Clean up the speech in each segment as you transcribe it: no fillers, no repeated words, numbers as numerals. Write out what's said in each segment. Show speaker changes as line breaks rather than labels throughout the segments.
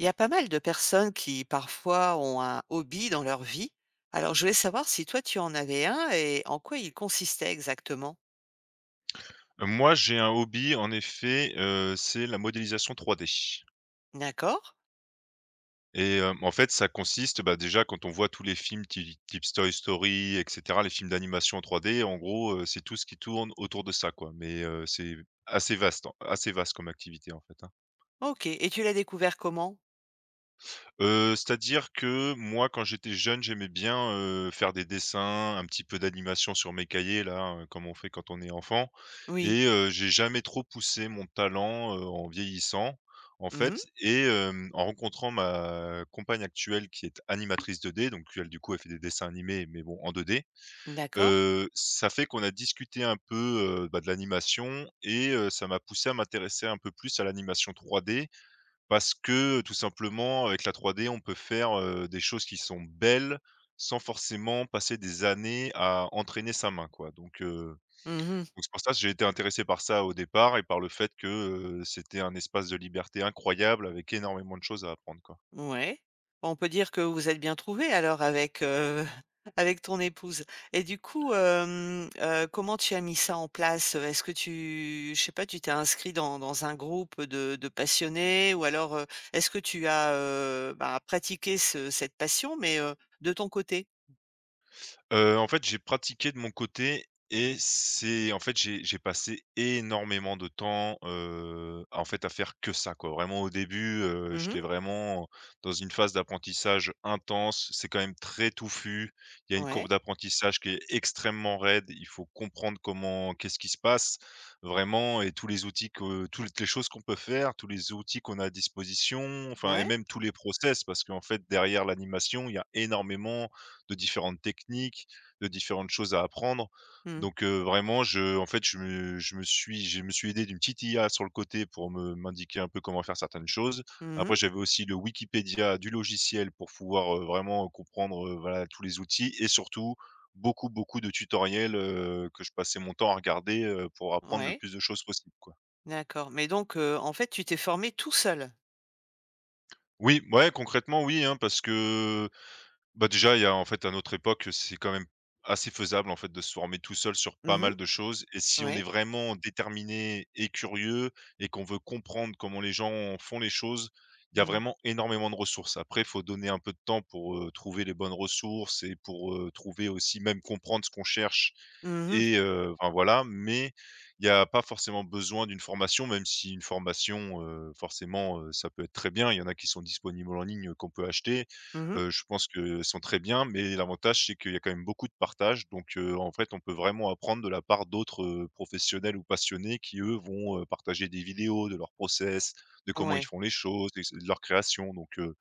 Il y a pas mal de personnes qui parfois ont un hobby dans leur vie. Alors je voulais savoir si toi tu en avais un et en quoi il consistait exactement?
Moi, j'ai un hobby en effet, c'est la modélisation 3D
D'accord.
et en fait, ça consiste, bah, déjà quand on voit tous les films ti type Toy Story et cetera, les films d'animation en 3D. En gros, c'est tout ce qui tourne autour de ça, quoi, mais c'est assez vaste, hein, assez vaste comme activité, en fait, hein.
OK, et tu l'as découvert comment?
C'est-à-dire que moi, quand j'étais jeune, j'aimais bien, faire des dessins, un petit peu d'animation sur mes cahiers là, comme on fait quand on est enfant,
Oui.
et j'ai jamais trop poussé mon talent, en vieillissant, en
Mmh.
fait, et en rencontrant ma compagne actuelle qui est animatrice 2D, donc elle, du coup, elle fait des dessins animés, mais bon, en 2D.
D'accord.
Ça fait qu'on a discuté un peu, bah, de l'animation, et ça m'a poussé à m'intéresser un peu plus à l'animation 3D parce que, tout simplement, avec la 3D, on peut faire, des choses qui sont belles, sans forcément passer des années à entraîner sa main, quoi. Donc heu,
Mmh.
donc c'est pour ça que j'ai été intéressé par ça au départ, et par le fait que, c'était un espace de liberté incroyable avec énormément de choses à apprendre, quoi.
Ouais. On peut dire que vous êtes bien trouvés alors avec, avec ton épouse et du coup, comment tu as mis ça en place? Est-ce que tu je sais pas, tu t'es inscrit dans un groupe de passionnés? Ou alors, est-ce que tu as, bah, pratiqué ce cette passion mais, de ton côté?
En fait, j'ai pratiqué de mon côté, et c'est en fait, j'ai passé énormément de temps, en fait, à faire que ça, quoi. Vraiment au début,
Mmh.
j'étais vraiment dans une phase d'apprentissage intense. C'est quand même très touffu. Il y a une
Ouais,
courbe d'apprentissage qui est extrêmement raide. Il faut comprendre comment, qu'est-ce qui se passe vraiment, et tous les outils que toutes les choses qu'on peut faire, tous les outils qu'on a à disposition, enfin, et
ouais.
même tous les process parce qu'en fait derrière l'animation, il y a énormément de différentes techniques, de différentes choses à apprendre.
Mmh.
Donc vraiment je en fait, je me suis aidé d'une petite IA sur le côté pour me m'indiquer un peu comment faire certaines choses.
Mmh.
Après j'avais aussi le Wikipédia du logiciel pour pouvoir, vraiment comprendre, voilà tous les outils, et surtout beaucoup, beaucoup de tutoriels, que je passais mon temps à regarder, pour apprendre le
Ouais.
plus de choses possible, quoi.
D'accord. Mais donc, en fait, tu t'es formé tout seul?
Oui, ouais, concrètement oui, hein, parce que bah, déjà, il y a, en fait, à notre époque, c'est quand même assez faisable, en fait, de se former tout seul sur pas
Mmh.
mal de choses, et si on est
Ouais.
vraiment déterminé et curieux, et qu'on veut comprendre comment les gens font les choses, il y a
Mmh.
vraiment énormément de ressources. Après, il faut donner un peu de temps pour, trouver les bonnes ressources et pour, trouver aussi, même comprendre ce qu'on cherche,
Mmh mh.
et enfin voilà. Mais il n'y a pas forcément besoin d'une formation, même si une formation, forcément, ça peut être très bien. Il y en a qui sont disponibles en ligne, qu'on peut acheter.
Mmh.
Je pense que sont très bien, mais l'avantage, c'est qu'il y a quand même beaucoup de partage. Donc en fait, on peut vraiment apprendre de la part d'autres, professionnels ou passionnés qui, eux, vont, partager des vidéos de leur process, de comment ils
Ouais,
font les choses, des de leur création. Donc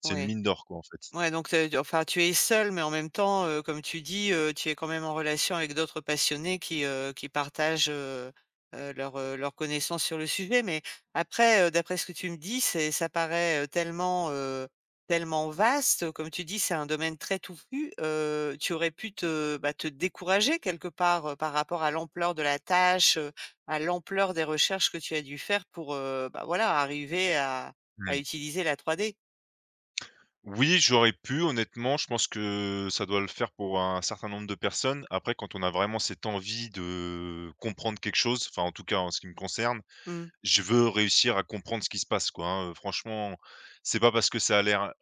c'est une
ouais.
mine d'or, quoi, en fait.
Ouais, donc enfin, tu es seul, mais en même temps, comme tu dis, tu es quand même en relation avec d'autres passionnés qui partagent, leurs, leurs connaissances sur le sujet. Mais après, d'après ce que tu me dis, c'est ça paraît, tellement, tellement vaste. Comme tu dis, c'est un domaine très touffu. Tu aurais pu te, bah, te décourager quelque part, par rapport à l'ampleur de la tâche, à l'ampleur des recherches que tu as dû faire pour, bah, voilà, arriver à utiliser la 3D.
Oui, j'aurais pu honnêtement, je pense que ça doit le faire pour un certain nombre de personnes. Après, quand on a vraiment cette envie de comprendre quelque chose, enfin, en tout cas en ce qui me concerne,
Mmh.
je veux réussir à comprendre ce qui se passe, quoi, hein, franchement, c'est pas parce que ça a l'air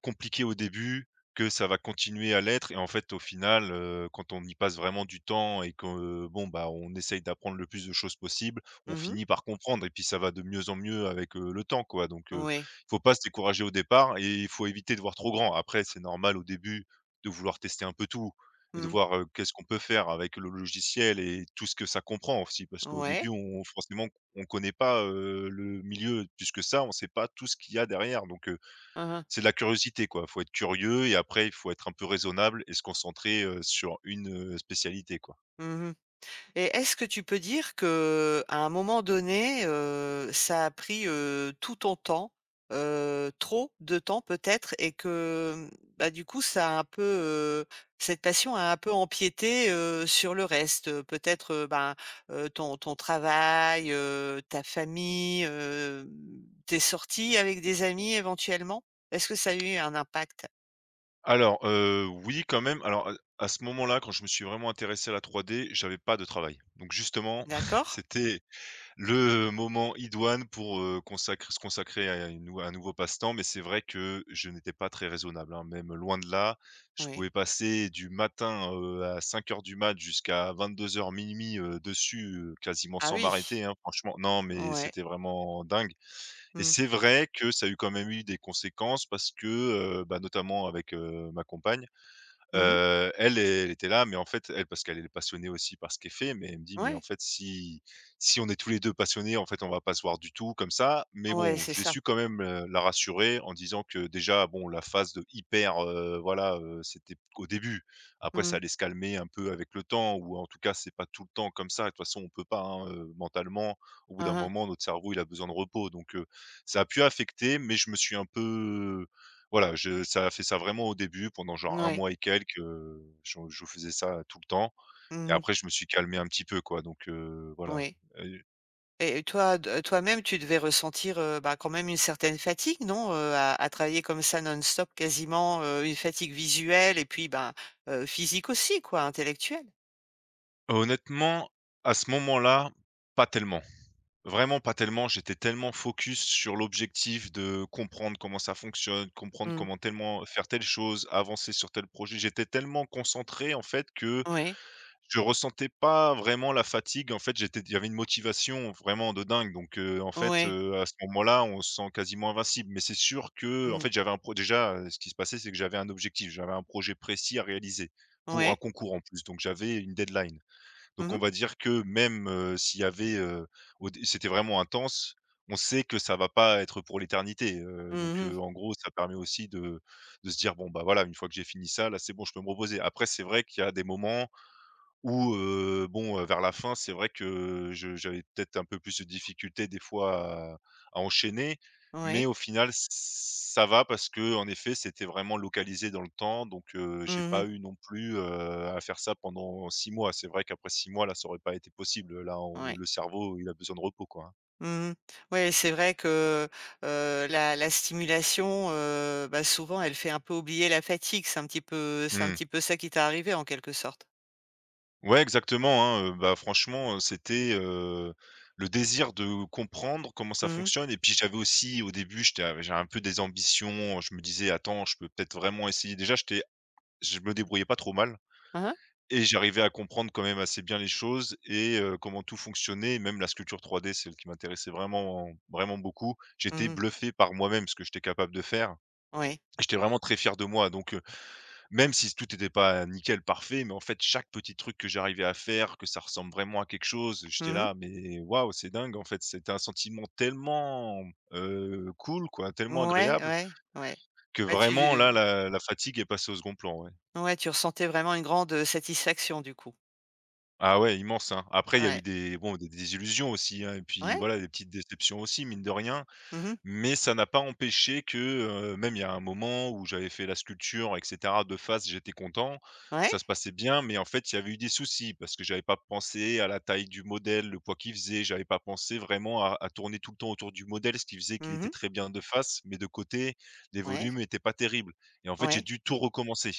compliqué au début que ça va continuer à l'être, et en fait, au final, quand on y passe vraiment du temps et que, bon, bah, on essaye d'apprendre le plus de choses possible, on
Mmh.
finit par comprendre, et puis ça va de mieux en mieux avec, le temps, quoi. Donc il
Oui.
faut pas se décourager au départ, et il faut éviter de voir trop grand. Après, c'est normal au début de vouloir tester un peu tout et de
Mmh.
voir, qu'est-ce qu'on peut faire avec le logiciel et tout ce que ça comprend aussi, parce qu'au
Ouais.
début, on forcément on connaît pas, le milieu plus que ça, on sait pas tout ce qu'il y a derrière. Donc
Hein, hein.
c'est de la curiosité quoi. Faut être curieux, et après il faut être un peu raisonnable et se concentrer, sur une, spécialité quoi.
Mmh mh. Et est-ce que tu peux dire que à un moment donné, ça a pris, tout ton temps, trop de temps peut-être, et que, mmh, bah, du coup ça a un peu, cette passion a un peu empiété, sur le reste, peut-être, ben, ton travail, ta famille, tes sorties avec des amis éventuellement? Est-ce que ça a eu un impact?
Alors, oui quand même. Alors, à ce moment-là, quand je me suis vraiment intéressé à la 3D, j'avais pas de travail. Donc justement,
D'accord?
c'était le moment idoine pour, consacr se consacrer à une nou à un nouveau passe-temps, mais c'est vrai que je n'étais pas très raisonnable, hein, même loin de là. Je pouvais
Oui.
passer du matin, à 5 heures du mat jusqu'à 22:00-00:00, dessus, quasiment
Ah
sans
oui,
m'arrêter, hein, franchement. Non, mais
ouais.
c'était vraiment dingue, et
Mmh.
c'est vrai que ça a eu quand même eu des conséquences parce que, bah, notamment avec, ma compagne.
Mmh mh.
Elle, elle était là, mais en fait, elle, parce qu'elle est passionnée aussi par ce qu'elle fait, mais elle me dit : « Mais en
Ouais,
fait, si on est tous les 2 passionnés, en fait, on va pas se voir du tout comme ça ». Mais
ouais,
bon,
c'est
j'ai
ça.
su quand même, la rassurer en disant que déjà, bon, la phase de hyper, voilà, c'était au début. Après, ça
Mmh.
allait se calmer un peu avec le temps, ou en tout cas, c'est pas tout le temps comme ça. De toute façon, on peut pas, hein, mentalement, au bout
Hein,
d'un
hein.
moment, notre cerveau, il a besoin de repos. Donc, ça a pu affecter, mais je me suis un peu voilà, je ça a fait ça vraiment au début pendant genre un
Moui.
mois et quelques, je faisais ça tout le temps, et
Mmh mh.
après je me suis calmé un petit peu quoi. Donc voilà,
Oui,
heu,
et toi de toi-même, tu devais ressentir, bah, quand même une certaine fatigue, non, à travailler comme ça non-stop quasiment, une fatigue visuelle et puis, ben, physique aussi quoi, intellectuelle?
honnêtement, à ce moment-là, pas tellement. Vraiment pas tellement, j'étais tellement focus sur l'objectif de comprendre comment ça fonctionne, comprendre
Mmh.
comment tellement faire telle chose, avancer sur tel projet. J'étais tellement concentré en fait que
Ouais,
je ressentais pas vraiment la fatigue. En fait, j'étais il y avait une motivation vraiment de dingue. Donc, en fait,
ouais.
à ce moment-là, on se sent quasiment invincible. Mais c'est sûr que en
Mmh.
fait, j'avais un pro déjà, ce qui se passait, c'est que j'avais un objectif. J'avais un projet précis à réaliser pour un
Ouais.
concours en plus. Donc j'avais une deadline.
Mmh
Donc
mh.
on va dire que même, s'il y avait, au dé c'était vraiment intense. On sait que ça va pas être pour l'éternité,
Mmh
donc,
mh.
en gros, ça permet aussi de se dire : « Bon, bah, voilà, une fois que j'ai fini ça, là, c'est bon, je peux me reposer ». Après, c'est vrai qu'il y a des moments ou bon, vers la fin, c'est vrai que je j'avais peut-être un peu plus de difficultés des fois à enchaîner, mais
Ouais.
au final ç ça va parce que en effet, c'était vraiment localisé dans le temps. Donc j'ai
Mmh mh.
pas eu non plus, à faire ça pendant 6 mois. C'est vrai qu'après 6 mois, là, ça aurait pas été possible, là, on
Ouais.
le cerveau, il a besoin de repos, quoi, hein.
Mmh. Ouais, c'est vrai que, la stimulation, bah, souvent elle fait un peu oublier la fatigue. C'est un
Mmh.
petit peu ça qui t'est arrivé en quelque sorte?
Ouais, exactement, hein, bah, franchement, c'était, le désir de comprendre comment ça
Mmh mh.
fonctionne, et puis j'avais aussi au début, j'avais un peu des ambitions, je me disais : « Attends, je peux peut-être vraiment essayer ». Déjà, j'étais je me débrouillais pas trop mal,
Hein, hein?
et j'arrivais à comprendre quand même assez bien les choses, et comment tout fonctionnait. Et même la sculpture 3D celle qui m'intéressait vraiment vraiment beaucoup.
Mmh
J'étais
mh.
bluffé par moi-même, ce que j'étais capable de faire.
Ouais.
J'étais vraiment très fier de moi. Donc même si tout n'était pas nickel, parfait, mais en fait, chaque petit truc que j'arrivais à faire, que ça ressemble vraiment à quelque chose, j'étais
Mmh.
là, mais waouh, c'est dingue, en fait. C'était un sentiment tellement, cool, quoi, tellement
Ouais,
agréable
ouais.
que
Ouais,
vraiment
tu
là, la fatigue est passée au second plan, ouais.
ouais, tu ressentais vraiment une grande satisfaction du coup?
Ah ouais, immense, hein. Après, il y a eu
Ouais.
des bon, des désillusions aussi, hein, et puis
Ouais?
voilà, des petites déceptions aussi, mine de rien.
Mmh mh.
Mais ça n'a pas empêché que, même il y a un moment où j'avais fait la sculpture et cetera de face, j'étais content,
Ouais?
ça se passait bien, mais en fait, il y avait eu des soucis parce que j'avais pas pensé à la taille du modèle, le poids qu'il faisait, j'avais pas pensé vraiment à tourner tout le temps autour du modèle, ce qui faisait qu'il était
Mmh.
très bien de face, mais de côté, les
Ouais,
volumes étaient pas terribles et en fait, j'ai
ouais.
dû tout recommencer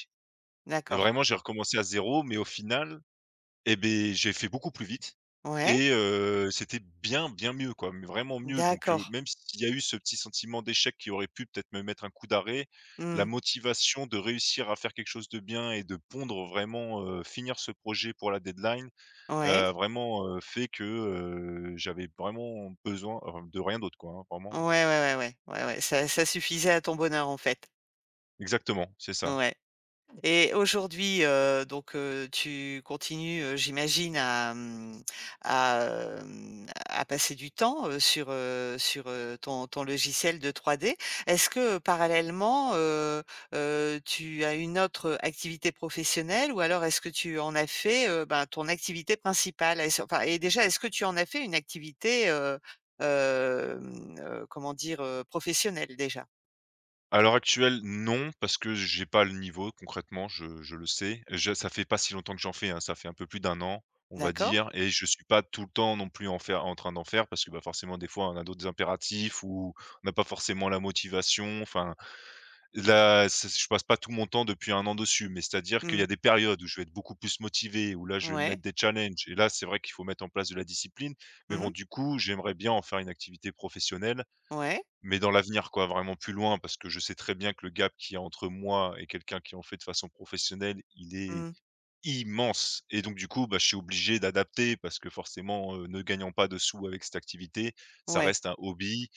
et
D'accord.
vraiment j'ai recommencé à zéro mais au final, eh beh, j'ai fait beaucoup plus vite
Ouais.
et c'était bien, bien mieux, quoi, mais vraiment mieux donc
D'accord.
même s'il y a eu ce petit sentiment d'échec qui aurait pu peut-être me mettre un coup d'arrêt, la
Mmh.
motivation de réussir à faire quelque chose de bien et de pondre vraiment, finir ce projet pour la deadline,
Ouais.
vraiment, fait que, j'avais vraiment besoin, de rien d'autre, quoi, hein,
Ouais,
vraiment
ouais, ouais, ouais. Ouais, ouais. Ça ça suffisait à ton bonheur en fait?
exactement, c'est ça.
Ouais. Et aujourd'hui, tu continues, j'imagine à, mmh, à, à passer du temps, sur, ton logiciel de 3D. Est-ce que, parallèlement, tu as une autre activité professionnelle? Ou alors est-ce que tu en as fait, ben, ton activité principale? Est-ce Enfin, et déjà, est-ce que tu en as fait une activité, comment dire? Professionnelle déjà?
À l'heure actuelle, non, parce que j'ai pas le niveau concrètement, je le sais. Je Ça fait pas si longtemps que j'en fais, hein, ça fait un peu plus d'un an, on va
D'accord?
dire et je suis pas tout le temps non plus en train d'en faire parce que, bah, forcément des fois on a d'autres impératifs ou on n'a pas forcément la motivation, enfin là, c'est je passe pas tout mon temps depuis un an dessus, mais c'est-à-dire qu'il y
Mmh.
a des périodes où je vais être beaucoup plus motivé, où là je vais me
Ouais.
mettre des challenges et là, c'est vrai qu'il faut mettre en place de la discipline, mais
Mmh.
bon, du coup, j'aimerais bien en faire une activité professionnelle
Ouais.
mais dans l'avenir, quoi, vraiment plus loin, parce que je sais très bien que le gap qu'il y a entre moi et quelqu'un qui en fait de façon professionnelle, il est
Mmh.
immense et donc du coup, bah, je suis obligé d'adapter parce que forcément, ne gagnant pas de sous avec cette activité, ça
Ouais.
reste un hobby.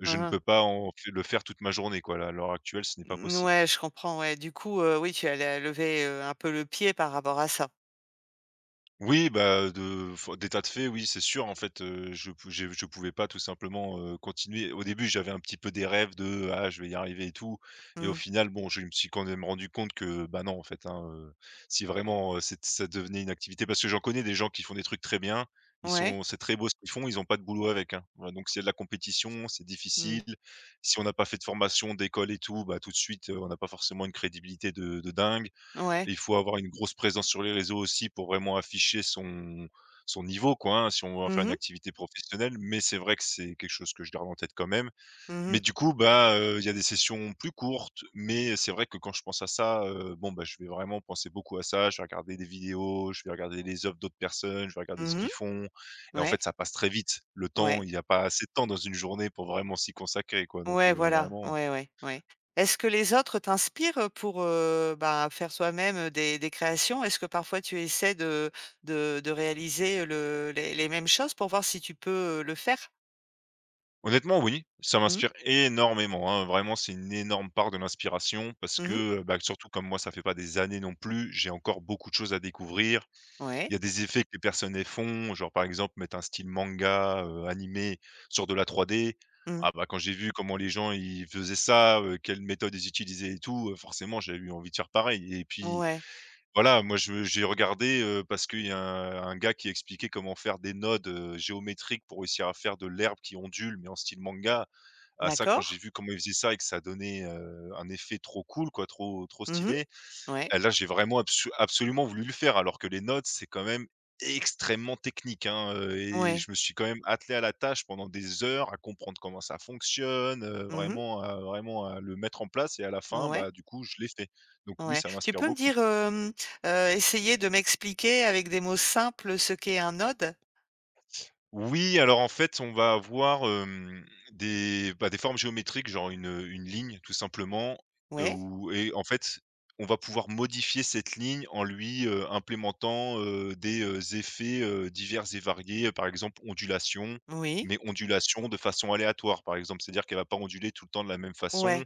Je
Hein,
ne
hein.
peux pas en f le faire toute ma journée, quoi. Là, à l'heure actuelle, ce n'est pas possible.
Ouais, je comprends, ouais. Du coup, oui, tu allais lever, un peu le pied par rapport à ça.
Oui, bah, de f des de fait, oui, c'est sûr. En fait, je pouvais pas tout simplement, continuer. Au début, j'avais un petit peu des rêves de: «Ah, je vais y arriver et tout» et au
Mmh.
final, bon, je me suis quand même rendu compte que, bah, non, en fait, hein, si vraiment, c'est ça devenait une activité parce que j'en connais des gens qui font des trucs très bien. Ils
Ouais.
sont c'est très beau ce qu'ils font, ils n'ont pas de boulot avec, hein. Voilà, donc c'est de la compétition, c'est
Mmh.
difficile. Si on n'a pas fait de formation, d'école et tout, bah, tout de suite, on n'a pas forcément une crédibilité de dingue.
Ouais.
Et il faut avoir une grosse présence sur les réseaux aussi pour vraiment afficher son niveau quoi, hein, si on veut en faire
Mmh
une
mh.
activité professionnelle. Mais c'est vrai que c'est quelque chose que je garde en tête quand même. Mais
Mmh.
du coup, bah, il y a des sessions plus courtes, mais c'est vrai que quand je pense à ça, bon, bah, je vais vraiment penser beaucoup à ça. Je vais regarder des vidéos, je vais regarder les œuvres d'autres personnes, je vais regarder ce
Mmh.
qu'ils font et en
Ouais.
fait, ça passe très vite. Le temps,
Ouais.
il y a pas assez de temps dans une journée pour vraiment s'y consacrer quoi, donc
Ouais, voilà.
vraiment
Ouais, ouais, ouais. Est-ce que les autres t'inspirent pour, bah, faire soi-même des créations? Est-ce que parfois tu essaies de réaliser le les mêmes choses pour voir si tu peux, le faire?
honnêtement, oui, ça
Mmh.
m'inspire énormément, hein. Vraiment, c'est une énorme part de l'inspiration parce
Mmh.
que, bah, surtout comme moi, ça fait pas des années non plus, j'ai encore beaucoup de choses à découvrir.
Ouais.
Il y a des effets que les personnes, elles font, genre, par exemple, mettre un style manga, animé sur de la 3D.
Mmh.
Ah bah, quand j'ai vu comment les gens, ils faisaient ça, quelles méthodes ils utilisaient et tout, forcément, j'ai eu envie de faire pareil et puis,
Ouais.
voilà, moi, je j'ai regardé, parce qu'il y a un gars qui expliquait comment faire des nodes, géométriques pour réussir à faire de l'herbe qui ondule mais en style manga. À ça, quand
D'accord.
j'ai vu comment ils faisaient ça et que ça donnait, un effet trop cool quoi, trop trop
Mmh.
stylé,
Ouais.
là, j'ai vraiment absu absolument voulu le faire alors que les notes, c'est quand même extrêmement technique, hein, et
Ouais.
je me suis quand même attelé à la tâche pendant des heures à comprendre comment ça fonctionne,
Mmh.
vraiment à vraiment à le mettre en place et à la fin,
Ouais.
bah, du coup, je l'ai fait. Donc oui,
Ouais.
ça
Tu
m'inspire
peux me
beaucoup.
dire, essayer de m'expliquer avec des mots simples ce qu'est un node?
Oui, alors en fait, on va avoir, des, bah, des formes géométriques, genre une ligne tout simplement,
Ouais,
ou et en fait, on va pouvoir modifier cette ligne en lui, implémentant, des, effets, divers et variés, par exemple ondulation,
oui,
mais ondulation de façon aléatoire, par exemple. C'est-à-dire qu'elle va pas onduler tout le temps de la même
ouais,
façon,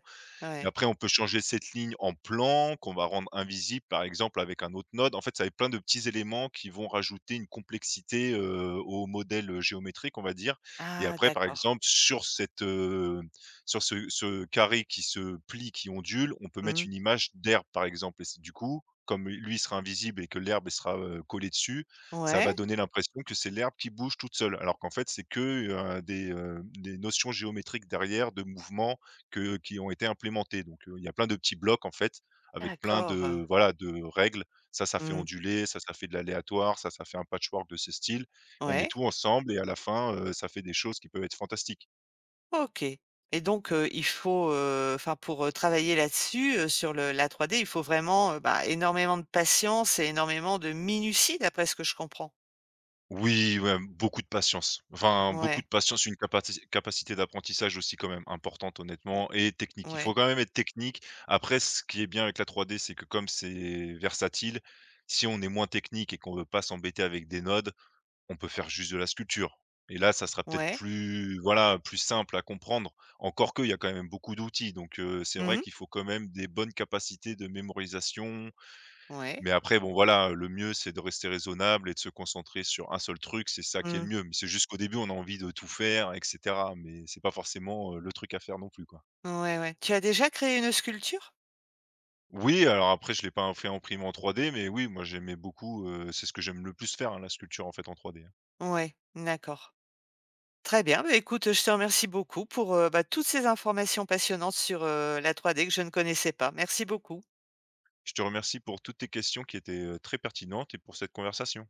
et
ouais.
après on peut changer cette ligne en plan qu'on va rendre invisible par exemple avec un autre node. En fait, ça va être plein de petits éléments qui vont rajouter une complexité, au modèle, géométrique, on va dire et
Ah
après par
d'accord.
exemple sur cette, sur ce carré qui se plie, qui ondule, on peut mettre
Mmh.
une image d'herbe par exemple et c'est du coup, comme lui sera invisible et que l'herbe elle sera, collée dessus, ça
Ouais,
va donner l'impression que c'est l'herbe qui bouge toute seule alors qu'en fait c'est que, des notions géométriques derrière de mouvement que qui ont été implémentés. Donc, il y a plein de petits blocs, en fait, avec plein
d'accord.
de voilà, de règles. Ça fait
Mmh.
onduler, ça fait de l'aléatoire, ça fait un patchwork de ces styles. On met
Ouais,
tout ensemble et à la fin, ça fait des choses qui peuvent être fantastiques.
OK. Et donc, il faut, enfin pour, travailler là-dessus, sur le la trois d, il faut vraiment, bah, énormément de patience et énormément de minutie d'après ce que je comprends?
Oui, ouais, beaucoup de patience. Enfin, beaucoup
Ouais,
de patience, une capacité d'apprentissage aussi quand même importante,
m
honnêtement et technique. Il faut
ouais,
quand même être technique. Après, ce qui est bien avec la 3D, c'est que comme c'est versatile, si on est moins technique et qu'on veut pas s'embêter avec des nodes, on peut faire juste de la sculpture et là, ça sera peut-être
ouais.
plus voilà, plus simple à comprendre. Encore qu'il y a quand même beaucoup d'outils donc c'est vrai
Mmh.
qu'il faut quand même des bonnes capacités de mémorisation.
Ouais.
Mais après bon voilà, le mieux, c'est de rester raisonnable et de se concentrer sur un seul truc, c'est ça qui est le
Mmh.
mieux. Mais c'est juste qu'au début, on a envie de tout faire et cetera, mais c'est pas forcément, le truc à faire non plus, quoi.
Ouais, ouais. Tu as déjà créé une sculpture?
Oui, alors après, je l'ai pas fait imprimer en 3D, mais oui, moi j'aimais beaucoup, c'est ce que j'aime le plus faire, hein, la sculpture, en fait, en 3D.
Ouais, d'accord. Très bien. Bah, écoute, je te remercie beaucoup pour, bah, toutes ces informations passionnantes sur, la 3D que je ne connaissais pas. Merci beaucoup.
Je te remercie pour toutes tes questions qui étaient, très pertinentes et pour cette conversation.